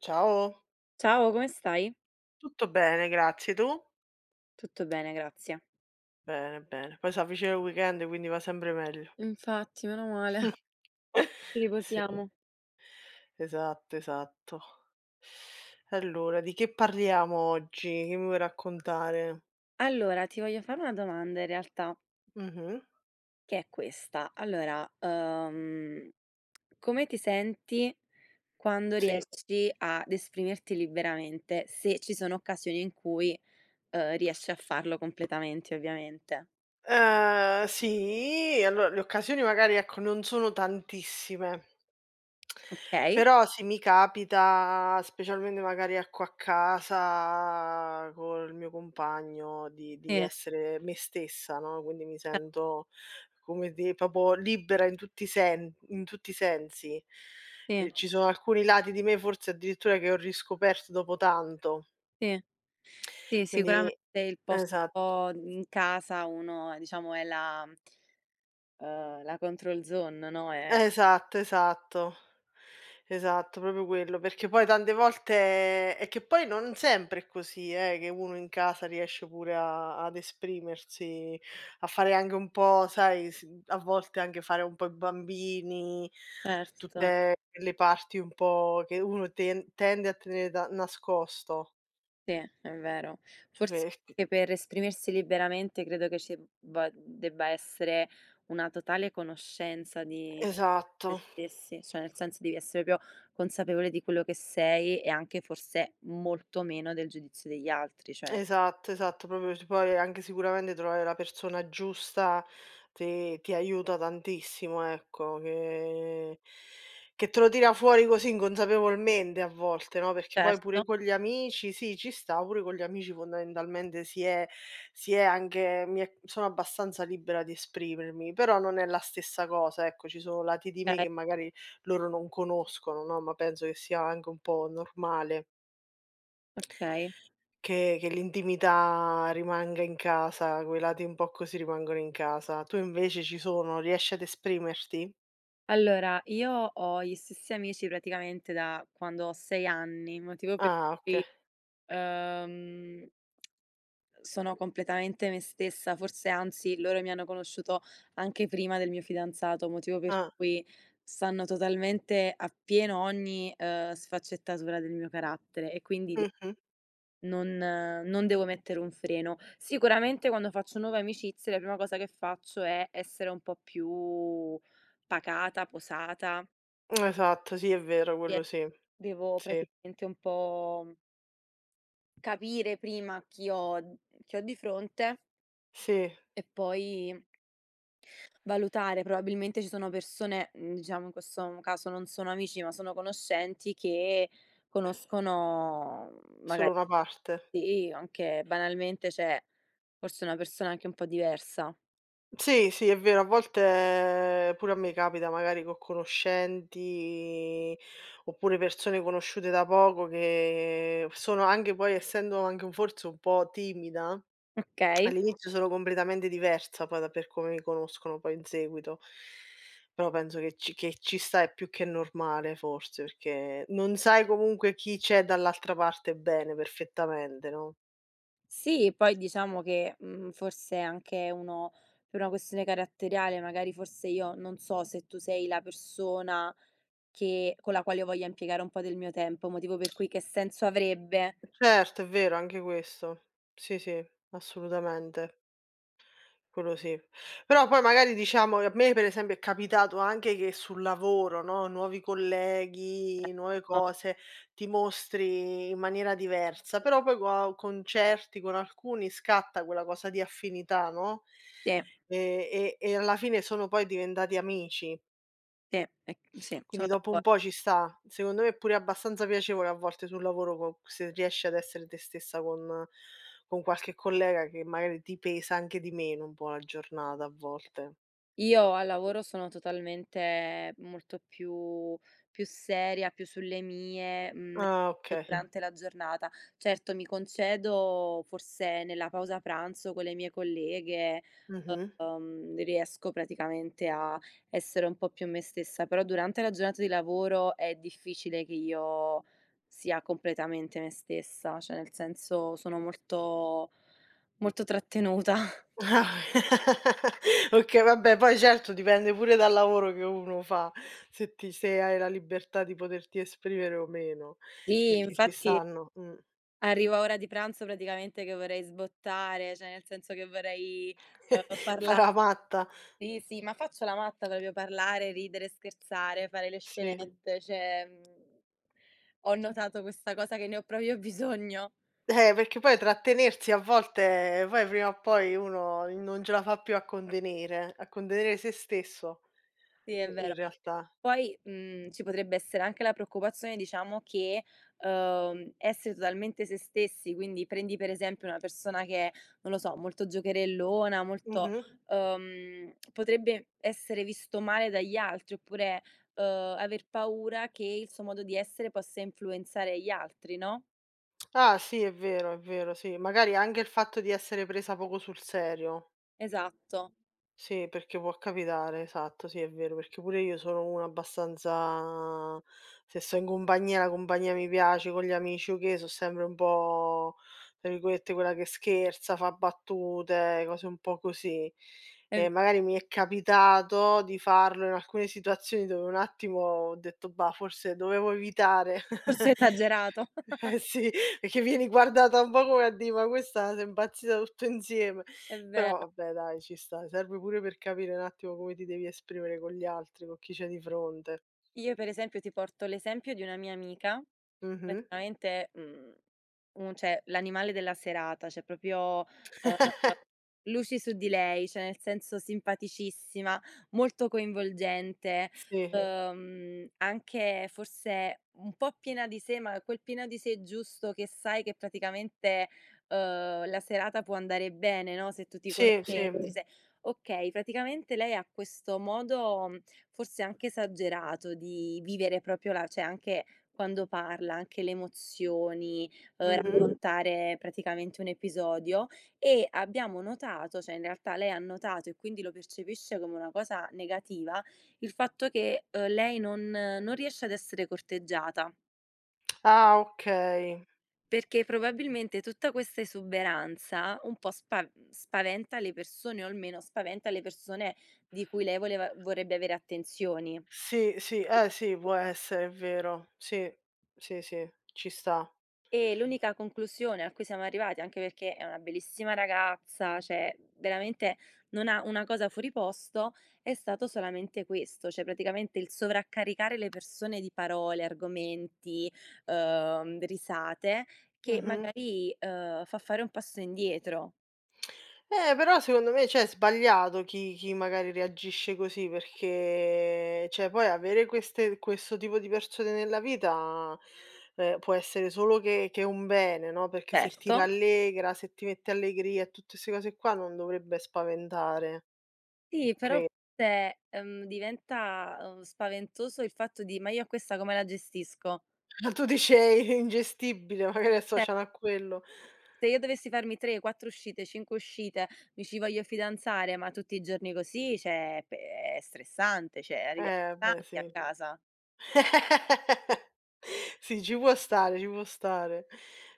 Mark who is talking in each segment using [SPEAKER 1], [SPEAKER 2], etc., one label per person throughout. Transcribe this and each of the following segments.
[SPEAKER 1] Ciao.
[SPEAKER 2] Ciao, come stai?
[SPEAKER 1] Tutto bene, grazie. Tu?
[SPEAKER 2] Tutto bene, grazie.
[SPEAKER 1] Bene, bene. Poi s'avvicina il weekend, quindi va sempre meglio.
[SPEAKER 2] Infatti, meno male.
[SPEAKER 1] Sì,
[SPEAKER 2] Riposiamo.
[SPEAKER 1] esatto, esatto. Allora, di che parliamo oggi? Che mi vuoi raccontare?
[SPEAKER 2] Allora, ti voglio fare una domanda in realtà,
[SPEAKER 1] Mh-mh.
[SPEAKER 2] che è questa. Allora, come ti senti quando
[SPEAKER 1] Sì.
[SPEAKER 2] riesci ad esprimerti liberamente, se ci sono occasioni in cui, riesci a farlo completamente ovviamente,
[SPEAKER 1] Sì, allora le occasioni magari, ecco, non sono tantissime.
[SPEAKER 2] okay?
[SPEAKER 1] Però sì, mi capita, specialmente magari ecco a casa col mio compagno, di
[SPEAKER 2] Sì,
[SPEAKER 1] di essere me stessa, no, quindi mi sento, come di proprio libera in tutti i sensi.
[SPEAKER 2] sì,
[SPEAKER 1] Ci sono alcuni lati di me forse addirittura che ho riscoperto dopo tanto.
[SPEAKER 2] sì, sì, sicurame
[SPEAKER 1] Quindi
[SPEAKER 2] Se il posto
[SPEAKER 1] esatto.
[SPEAKER 2] in casa, uno diciamo, è la la control zone, no, è
[SPEAKER 1] Esatto, esatto. Esatto, proprio quello, perché poi tante volte è che poi non sempre è così, che uno in casa riesce pure a ad esprimersi, a fare anche un po', sai, s a volte anche fare un po' i bambini,
[SPEAKER 2] certo,
[SPEAKER 1] tutte quelle parti un po' che uno tende a tenere da nascosto.
[SPEAKER 2] sì, è vero. Forse
[SPEAKER 1] Perché-
[SPEAKER 2] anche per esprimersi liberamente credo che ci va debba essere una totale conoscenza di
[SPEAKER 1] Esatto.
[SPEAKER 2] te stessi, cioè nel senso devi essere proprio consapevole di quello che sei, e anche forse molto meno del giudizio degli altri, cioè
[SPEAKER 1] Esatto, esatto, proprio c poi anche sicuramente trovare la persona giusta ti aiuta tantissimo, ecco, che te lo tira fuori così inconsapevolmente a volte, no, perché poi pure
[SPEAKER 2] certo,
[SPEAKER 1] con gli amici sì, ci sta, pure con gli amici fondamentalmente si è anche mi è sono abbastanza libera di esprimermi, però non è la stessa cosa, ecco, ci sono lati di me
[SPEAKER 2] okay,
[SPEAKER 1] che magari loro non conoscono, no, ma penso che sia anche un po' normale.
[SPEAKER 2] okay.
[SPEAKER 1] Che l'intimità rimanga in casa, quei lati un po' così rimangono in casa. Tu invece ci sono, riesci ad esprimerti?
[SPEAKER 2] Allora, io ho gli stessi amici praticamente da quando ho 6 anni, motivo per
[SPEAKER 1] Ah oka
[SPEAKER 2] cui, uhm sono completamente me stessa. Forse, anzi, loro mi hanno conosciuto anche prima del mio fidanzato, motivo per
[SPEAKER 1] Ah,
[SPEAKER 2] cui sanno totalmente appieno ogni, sfaccettatura del mio carattere, e quindi
[SPEAKER 1] mh-mh.
[SPEAKER 2] non devo mettere un freno. Sicuramente quando faccio nuove amicizie, la prima cosa che faccio è essere un po' più pacata, posata,
[SPEAKER 1] Esatto, sì è vero
[SPEAKER 2] e
[SPEAKER 1] quello sì.
[SPEAKER 2] devo
[SPEAKER 1] Sì,
[SPEAKER 2] praticamente un po' capire prima chi ho di fronte,
[SPEAKER 1] sì,
[SPEAKER 2] e poi valutare. Probabilmente ci sono persone, diciamo in questo caso non sono amici ma sono conoscenti, che conoscono,
[SPEAKER 1] solo
[SPEAKER 2] magari
[SPEAKER 1] una parte.
[SPEAKER 2] sì, anche banalmente, cioè forse una persona anche un po' diversa,
[SPEAKER 1] Sì, sì è vero, a volte, pure a me capita magari co' conoscenti, oppure persone conosciute da poco che sono anche poi essendo anche forse un po' timida.
[SPEAKER 2] okay?
[SPEAKER 1] All'inizio sono completamente diversa poi da per come mi conoscono poi in seguito, però penso che ci sta, è più che normale forse, perché non sai comunque chi c'è dall'altra parte bene, perfettamente, no?
[SPEAKER 2] Sì, poi diciamo che, forse anche uno, per una questione caratteriale, magari, forse io non so se tu sei la persona che, con la quale io voglia impiegare un po' del mio tempo, motivo per cui che senso avrebbe?
[SPEAKER 1] Certo, è vero anche questo. Sì, sì, assolutamente. Quello sì. Però poi magari diciamo a me per esempio è capitato anche che sul lavoro, no, nuovi colleghi, nuove
[SPEAKER 2] Certo,
[SPEAKER 1] cose, ti mostri in maniera diversa, però poi co con certi, con alcuni scatta quella cosa di affinità, no,
[SPEAKER 2] sì.
[SPEAKER 1] e alla fine sono poi diventati amici.
[SPEAKER 2] Sì, e sì,
[SPEAKER 1] Quindi
[SPEAKER 2] sono
[SPEAKER 1] dopo un
[SPEAKER 2] d'accordo.
[SPEAKER 1] po' ci sta. Secondo me è pure abbastanza piacevole a volte sul lavoro co se riesci ad essere te stessa con qualche collega che magari ti pesa anche di meno un po' la giornata a volte.
[SPEAKER 2] Io al lavoro sono totalmente molto più seria, più sulle mie,
[SPEAKER 1] Ah, okay.
[SPEAKER 2] Durante la giornata. Certo, mi concedo forse nella pausa pranzo con le mie colleghe,
[SPEAKER 1] Mh-mh.
[SPEAKER 2] riesco praticamente a essere un po' più me stessa, però durante la giornata di lavoro è difficile che io sia completamente me stessa, cioè nel senso sono molto molto trattenuta.
[SPEAKER 1] Ah, okay, vabbè, poi certo dipende pure dal lavoro che uno fa, se hai la libertà di poterti esprimere o meno,
[SPEAKER 2] Sì,
[SPEAKER 1] perché ci
[SPEAKER 2] infatti
[SPEAKER 1] stanno.
[SPEAKER 2] arriva ora di pranzo praticamente che vorrei sbottare, cioè nel senso che vorrei,
[SPEAKER 1] Fa
[SPEAKER 2] parla
[SPEAKER 1] la matta,
[SPEAKER 2] sì, sì, ma faccio la matta proprio, parlare, ridere, scherzare, fare le
[SPEAKER 1] sì.
[SPEAKER 2] scenette, cioè, ho notato questa cosa che ne ho proprio bisogno.
[SPEAKER 1] Perché poi trattenersi a volte poi prima o poi uno non ce la fa più a contenere se stesso
[SPEAKER 2] Sì, è
[SPEAKER 1] i in
[SPEAKER 2] vero.
[SPEAKER 1] realtà.
[SPEAKER 2] Poi, ci potrebbe essere anche la preoccupazione, diciamo, che, essere totalmente se stessi, quindi prendi per esempio una persona che è, non lo so, molto giocherellona, molto,
[SPEAKER 1] Mh-mh.
[SPEAKER 2] potrebbe essere visto male dagli altri, oppure, uhm, aver paura che il suo modo di essere possa influenzare gli altri, no?
[SPEAKER 1] Ah sì, è vero, sì. Magari anche il fatto di essere presa poco sul serio.
[SPEAKER 2] Esatto.
[SPEAKER 1] Sì, perché può capitare, esatto, sì è vero, perché pure io sono una abbastanza, se so in compagnia, la compagnia mi piace, con gli amici o che, so sempre un po' tra virgolette quella che scherza, fa battute, cose un po' così.
[SPEAKER 2] È v
[SPEAKER 1] E magari mi è capitato di farlo in alcune situazioni dove un attimo ho detto: "Bah, forse dovevo evitare".
[SPEAKER 2] Forse esagerato.
[SPEAKER 1] Eh sì, perché vieni guardata un po' come a dì: "Ma questa s'è impazzita tutto insieme".
[SPEAKER 2] È
[SPEAKER 1] Però
[SPEAKER 2] vero.
[SPEAKER 1] vabbè dai, ci sta, serve pure per capire un attimo come ti devi esprimere con gli altri, con chi c'hai di fronte.
[SPEAKER 2] Io per esempio ti porto l'esempio di una mia amica.
[SPEAKER 1] Mh-mh.
[SPEAKER 2] Praticamente, mhmm, un cioè l'animale della serata, cioè proprio, uhm, luci su di lei, cioè nel senso simpaticissima, molto coinvolgente,
[SPEAKER 1] Sì,
[SPEAKER 2] anche forse un po' piena di sé, ma quel piena di sé giusto che sai che praticamente, la serata può andare bene, no, se tu ti
[SPEAKER 1] sì, sì.
[SPEAKER 2] concentri, se okay. Praticamente lei ha questo modo, forse anche esagerato di vivere, proprio la, cioè anche quando parla, anche le emozioni,
[SPEAKER 1] Mh-mh.
[SPEAKER 2] raccontare praticamente un episodio, e abbiamo notato, cioè in realtà lei ha notato, e quindi lo percepisce come una cosa negativa, il fatto che, lei non riesce ad essere corteggiata,
[SPEAKER 1] Ah okay.
[SPEAKER 2] perché probabilmente tutta questa esuberanza un po' spaventa le persone, o almeno spaventa le persone di cui lei voleva vorrebbe avere attenzioni.
[SPEAKER 1] Sì, sì, eh sì, può essere, è vero. Sì, sì, sì, ci sta.
[SPEAKER 2] E l'unica conclusione a cui siamo arrivati, anche perché è una bellissima ragazza, cioè veramente non ha una cosa fuori posto, è stato solamente questo, cioè praticamente il sovraccaricare le persone di parole, argomenti, risate, che
[SPEAKER 1] Mh-mh.
[SPEAKER 2] magari, fa fare un passo indietro.
[SPEAKER 1] Però secondo me, cioè, è sbagliato chi magari reagisce così, perché cioè poi avere queste questo tipo di persone nella vita, può essere solo che un bene, no, perché se ti
[SPEAKER 2] Certo.
[SPEAKER 1] rallegra, se ti mette allegria e tutte 'ste cose qua non dovrebbe spaventare,
[SPEAKER 2] Sì, però
[SPEAKER 1] cre
[SPEAKER 2] forse, diventa, spaventoso il fatto di: "Ma io a questa come la gestisco?"
[SPEAKER 1] tu dici: "È ingestibile", magari è
[SPEAKER 2] Cioè,
[SPEAKER 1] associano a quello.
[SPEAKER 2] se io dovessi farmi 3, 4 uscite, 5 uscite, mi ci voglio fidanzare, ma tutti i giorni così, cioè, pe è stressante, cioè arriviamo
[SPEAKER 1] Beh,
[SPEAKER 2] stanchi a
[SPEAKER 1] sì.
[SPEAKER 2] casa.
[SPEAKER 1] Sì, ci può stare, ci può stare.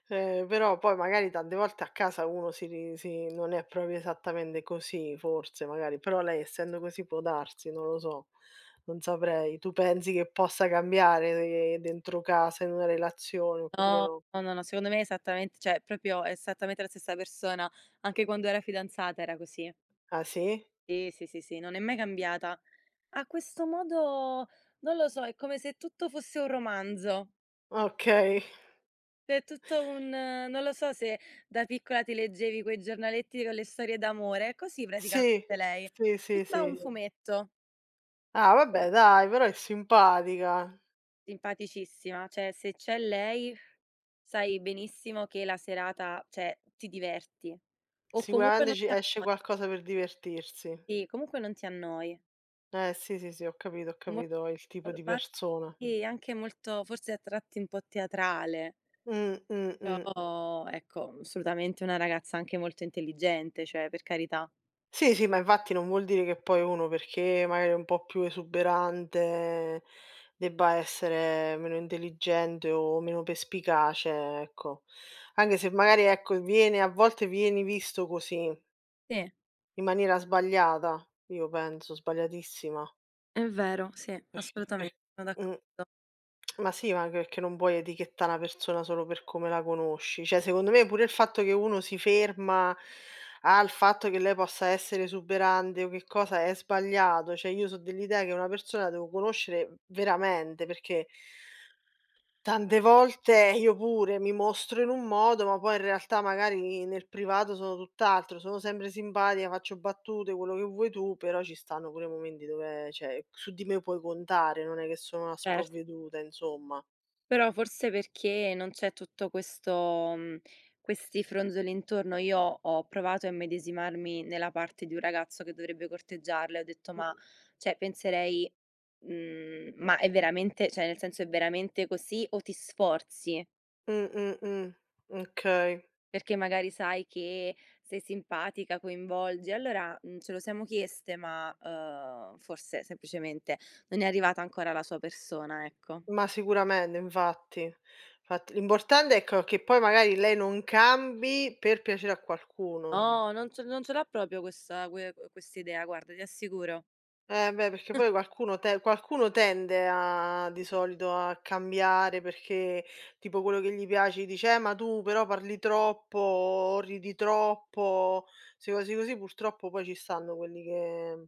[SPEAKER 1] Però poi magari tante volte a casa uno si ri si non è proprio esattamente così forse magari, però lei essendo così può darsi, non lo so, non saprei. Tu pensi che possa cambiare, dentro casa, in una relazione oppure
[SPEAKER 2] No,
[SPEAKER 1] no?
[SPEAKER 2] no, no, no, secondo me è esattamente, cioè proprio, è esattamente la stessa persona. Anche quando era fidanzata era così.
[SPEAKER 1] Ah sì?
[SPEAKER 2] Sì, sì, sì, sì, non è mai cambiata. Ha questo modo, non lo so, è come se tutto fosse un romanzo.
[SPEAKER 1] Okay.
[SPEAKER 2] C'è tutto un non lo so se da piccola ti leggevi quei giornaletti con le storie d'amore, così
[SPEAKER 1] Sì,
[SPEAKER 2] praticamente lei.
[SPEAKER 1] sì, sì,
[SPEAKER 2] Tutta un
[SPEAKER 1] sì.
[SPEAKER 2] fumetto,
[SPEAKER 1] Ah vabbè dai, però è simpatica.
[SPEAKER 2] simpaticissima, cioè se c'è lei sai benissimo che la serata, cioè, ti diverti o comunque
[SPEAKER 1] Sicuramente
[SPEAKER 2] non
[SPEAKER 1] ci
[SPEAKER 2] ti
[SPEAKER 1] esce
[SPEAKER 2] annoi.
[SPEAKER 1] qualcosa per divertirsi.
[SPEAKER 2] Sì, comunque non ti annoi.
[SPEAKER 1] Sì, sì, sì, ho
[SPEAKER 2] Mol
[SPEAKER 1] capito il tipo di
[SPEAKER 2] Ma
[SPEAKER 1] persona.
[SPEAKER 2] sì, anche molto forse a tratti un po' teatrale,
[SPEAKER 1] Mh, mh, mh.
[SPEAKER 2] però ecco, assolutamente una ragazza anche molto intelligente, cioè per carità.
[SPEAKER 1] Sì, sì, ma infatti non vuol dire che poi uno, perché magari è un po' più esuberante, debba essere meno intelligente o meno perspicace, ecco. Anche se magari, ecco, viene a volte vieni visto così,
[SPEAKER 2] Sì.
[SPEAKER 1] in maniera sbagliata, io penso, sbagliatissima,
[SPEAKER 2] È vero, sì,
[SPEAKER 1] perch per
[SPEAKER 2] assolutamente, sono
[SPEAKER 1] mh.
[SPEAKER 2] d'accordo.
[SPEAKER 1] Ma sì, ma anche perché non puoi etichettà una persona solo per come la conosci. Cioè, secondo me pure il fatto che uno si ferma al fatto che lei possa essere esuberante o che cosa è sbagliato. Cioè, io so dell'idea che una persona la devo conoscere veramente, perché tante volte io pure mi mostro in un modo, ma poi in realtà magari nel privato sono tutt'altro, sono sempre simpatica, faccio battute, quello che vuoi tu, però ci stanno pure momenti dove, cioè, su di me puoi contare, non è che sono una
[SPEAKER 2] Certo.
[SPEAKER 1] sprovveduta, insomma.
[SPEAKER 2] Però forse perché non c'è tutto questo, questi fronzoli intorno. Io ho provato a immedesimarmi nella parte di un ragazzo che dovrebbe corteggiarla, e ho detto: "Ma", cioè penserei: Ma è veramente, cioè nel senso è veramente così, o ti sforzi?"
[SPEAKER 1] Mh, mh, mh. Okay.
[SPEAKER 2] Perché magari sai che sei simpatica, coinvolgi. Allora, ce lo siamo chieste, ma, forse semplicemente non è arrivata ancora la sua persona, ecco.
[SPEAKER 1] Ma sicuramente, infatti. Infatti l'importante, ecco, che poi magari lei non cambi per piacere a qualcuno.
[SPEAKER 2] No, non ce l'ha proprio questa, quest'idea, guarda, ti assicuro.
[SPEAKER 1] Eh beh, perché poi qualcuno tende a di solito a cambiare perché tipo quello che gli piaci dice: ma tu però parli troppo o ridi troppo." 'Ste cose così purtroppo poi ci stanno quelli che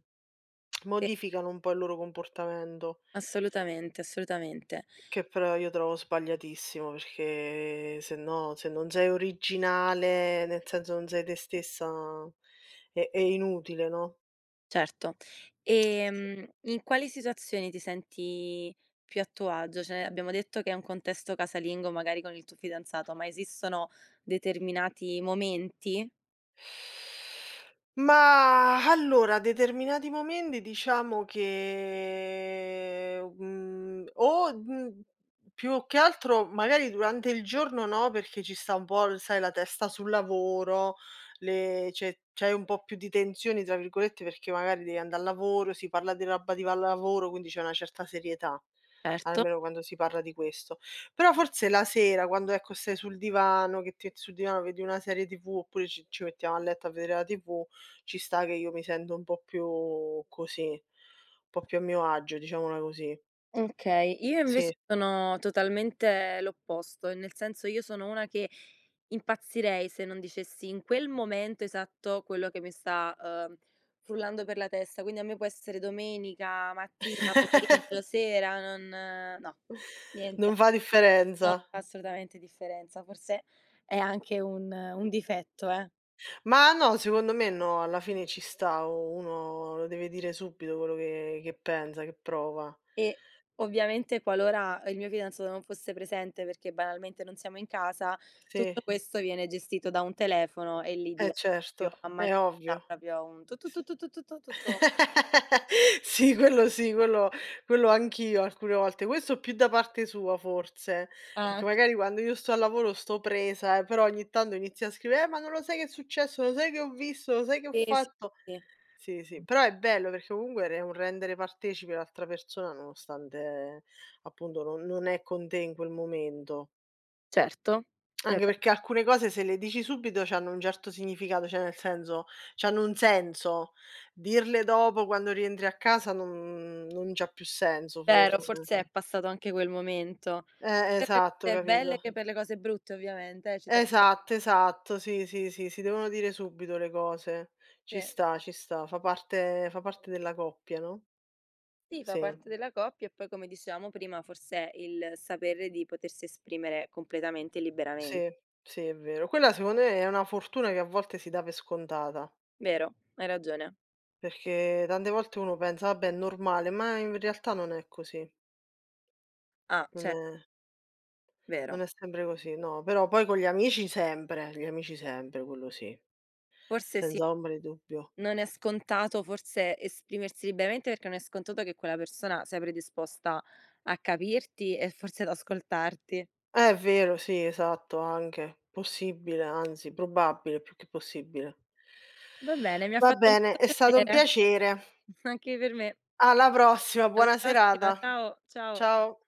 [SPEAKER 2] Sì.
[SPEAKER 1] modificano un po' il loro comportamento.
[SPEAKER 2] Assolutamente, assolutamente,
[SPEAKER 1] Che però io trovo sbagliatissimo, perché se no se non sei originale, nel senso non sei te stessa, è inutile, no?
[SPEAKER 2] certo. In quali situazioni ti senti più a tuo agio? Cioè, abbiamo detto che è un contesto casalingo, magari con il tuo fidanzato, ma esistono determinati momenti?
[SPEAKER 1] Mah, allora determinati momenti diciamo che, più che altro magari durante il giorno no, perché ci sta un po' l sai la testa sul lavoro, le c'è c'hai un po' più di "tensioni" tra virgolette, perché magari devi andare al lavoro, si parla di roba di va al lavoro, quindi c'è una certa serietà,
[SPEAKER 2] Certo.
[SPEAKER 1] almeno quando si parla di questo. Però forse la sera, quando ecco stai sul divano, che ti metti sul divano vedi una serie TV, oppure ci mettiamo a letto a vedere la TV, ci sta che io mi sento un po' più così, un po' più a mio agio, diciamola così.
[SPEAKER 2] Okay, io
[SPEAKER 1] Sì.
[SPEAKER 2] invece sono totalmente l'opposto, nel senso io sono una che impazzirei se non dicessi in quel momento esatto quello che mi sta, uhm, frullando per la testa, quindi a me può essere domenica, mattina, pomeriggio, sera, non no,
[SPEAKER 1] Non
[SPEAKER 2] niente,
[SPEAKER 1] fa differenza.
[SPEAKER 2] non fa assolutamente differenza. Forse è anche un difetto, eh.
[SPEAKER 1] Ma no, secondo me no, alla fine ci sta, u uno lo deve dire subito quello che pensa, che prova.
[SPEAKER 2] E ovviamente qualora il mio fidanzato non fosse presente, perché banalmente non siamo in casa,
[SPEAKER 1] Sì,
[SPEAKER 2] tutto questo viene gestito da un telefono, e lì
[SPEAKER 1] eh
[SPEAKER 2] diventa proprio
[SPEAKER 1] certo,
[SPEAKER 2] a
[SPEAKER 1] è
[SPEAKER 2] manetta,
[SPEAKER 1] ovvio.
[SPEAKER 2] proprio un tu tu
[SPEAKER 1] S
[SPEAKER 2] tu tu tu tu tu tu tu.
[SPEAKER 1] Sì, quello sì, quello anch'io alcune volte. Questo più da parte sua forse,
[SPEAKER 2] Ah,
[SPEAKER 1] perché
[SPEAKER 2] oka
[SPEAKER 1] magari quando io sto al lavoro sto presa, però ogni tanto inizia a scrivere: ma non lo sai che è successo, lo sai che ho visto, lo sai che ho
[SPEAKER 2] sì, sì,
[SPEAKER 1] fatto".
[SPEAKER 2] sì.
[SPEAKER 1] Sì, sì, però è bello perché comunque è un rendere partecipe l'altra persona nonostante, appunto non è con te in quel momento.
[SPEAKER 2] Certo, eh
[SPEAKER 1] Anche
[SPEAKER 2] beh.
[SPEAKER 1] perché alcune cose se le dici subito c'hanno un certo significato, cioè nel senso, c'hanno un senso. Dirle dopo quando rientri a casa non c'ha più senso
[SPEAKER 2] Vero,
[SPEAKER 1] forse.
[SPEAKER 2] forse è passato anche quel momento. Sia per le
[SPEAKER 1] Esatto,
[SPEAKER 2] cose belle
[SPEAKER 1] capito.
[SPEAKER 2] che per le cose brutte, ovviamente, ci tengo,
[SPEAKER 1] Esatto, esatto, sì, sì, sì, si devono dire subito le cose.
[SPEAKER 2] sì.
[SPEAKER 1] Ci sta, fa parte della coppia, no,
[SPEAKER 2] Sì, fa
[SPEAKER 1] sì,
[SPEAKER 2] parte della coppia, e poi, come dicevamo prima, forse è il sapere di potersi esprimere completamente e liberamen
[SPEAKER 1] sì, sì, è vero. Quella secondo me è una fortuna che a volte si dà per scontata,
[SPEAKER 2] vero, hai ragione.
[SPEAKER 1] perché tante volte uno pensa: "Vabbè, è normale", ma in realtà non è così.
[SPEAKER 2] Ah,
[SPEAKER 1] Non
[SPEAKER 2] cioè,
[SPEAKER 1] è
[SPEAKER 2] vero.
[SPEAKER 1] Non è sempre così, no, però poi con gli amici sempre, quello sì,
[SPEAKER 2] Forse sì,
[SPEAKER 1] senza ombra di dubbio.
[SPEAKER 2] non è scontato forse esprimersi liberamente, perché non è scontato che quella persona sia predisposta a capirti e forse ad ascoltarti.
[SPEAKER 1] È vero, sì, esatto, anche. Possibile, anzi, probabile più che possibile.
[SPEAKER 2] Va bene, mi ha
[SPEAKER 1] Va
[SPEAKER 2] fatto
[SPEAKER 1] bene,
[SPEAKER 2] molto
[SPEAKER 1] è stato un
[SPEAKER 2] piacere,
[SPEAKER 1] piacere.
[SPEAKER 2] anche per me.
[SPEAKER 1] Alla prossima,
[SPEAKER 2] Alla
[SPEAKER 1] buona
[SPEAKER 2] prossima,
[SPEAKER 1] serata.
[SPEAKER 2] ciao, ciao.
[SPEAKER 1] Ciao.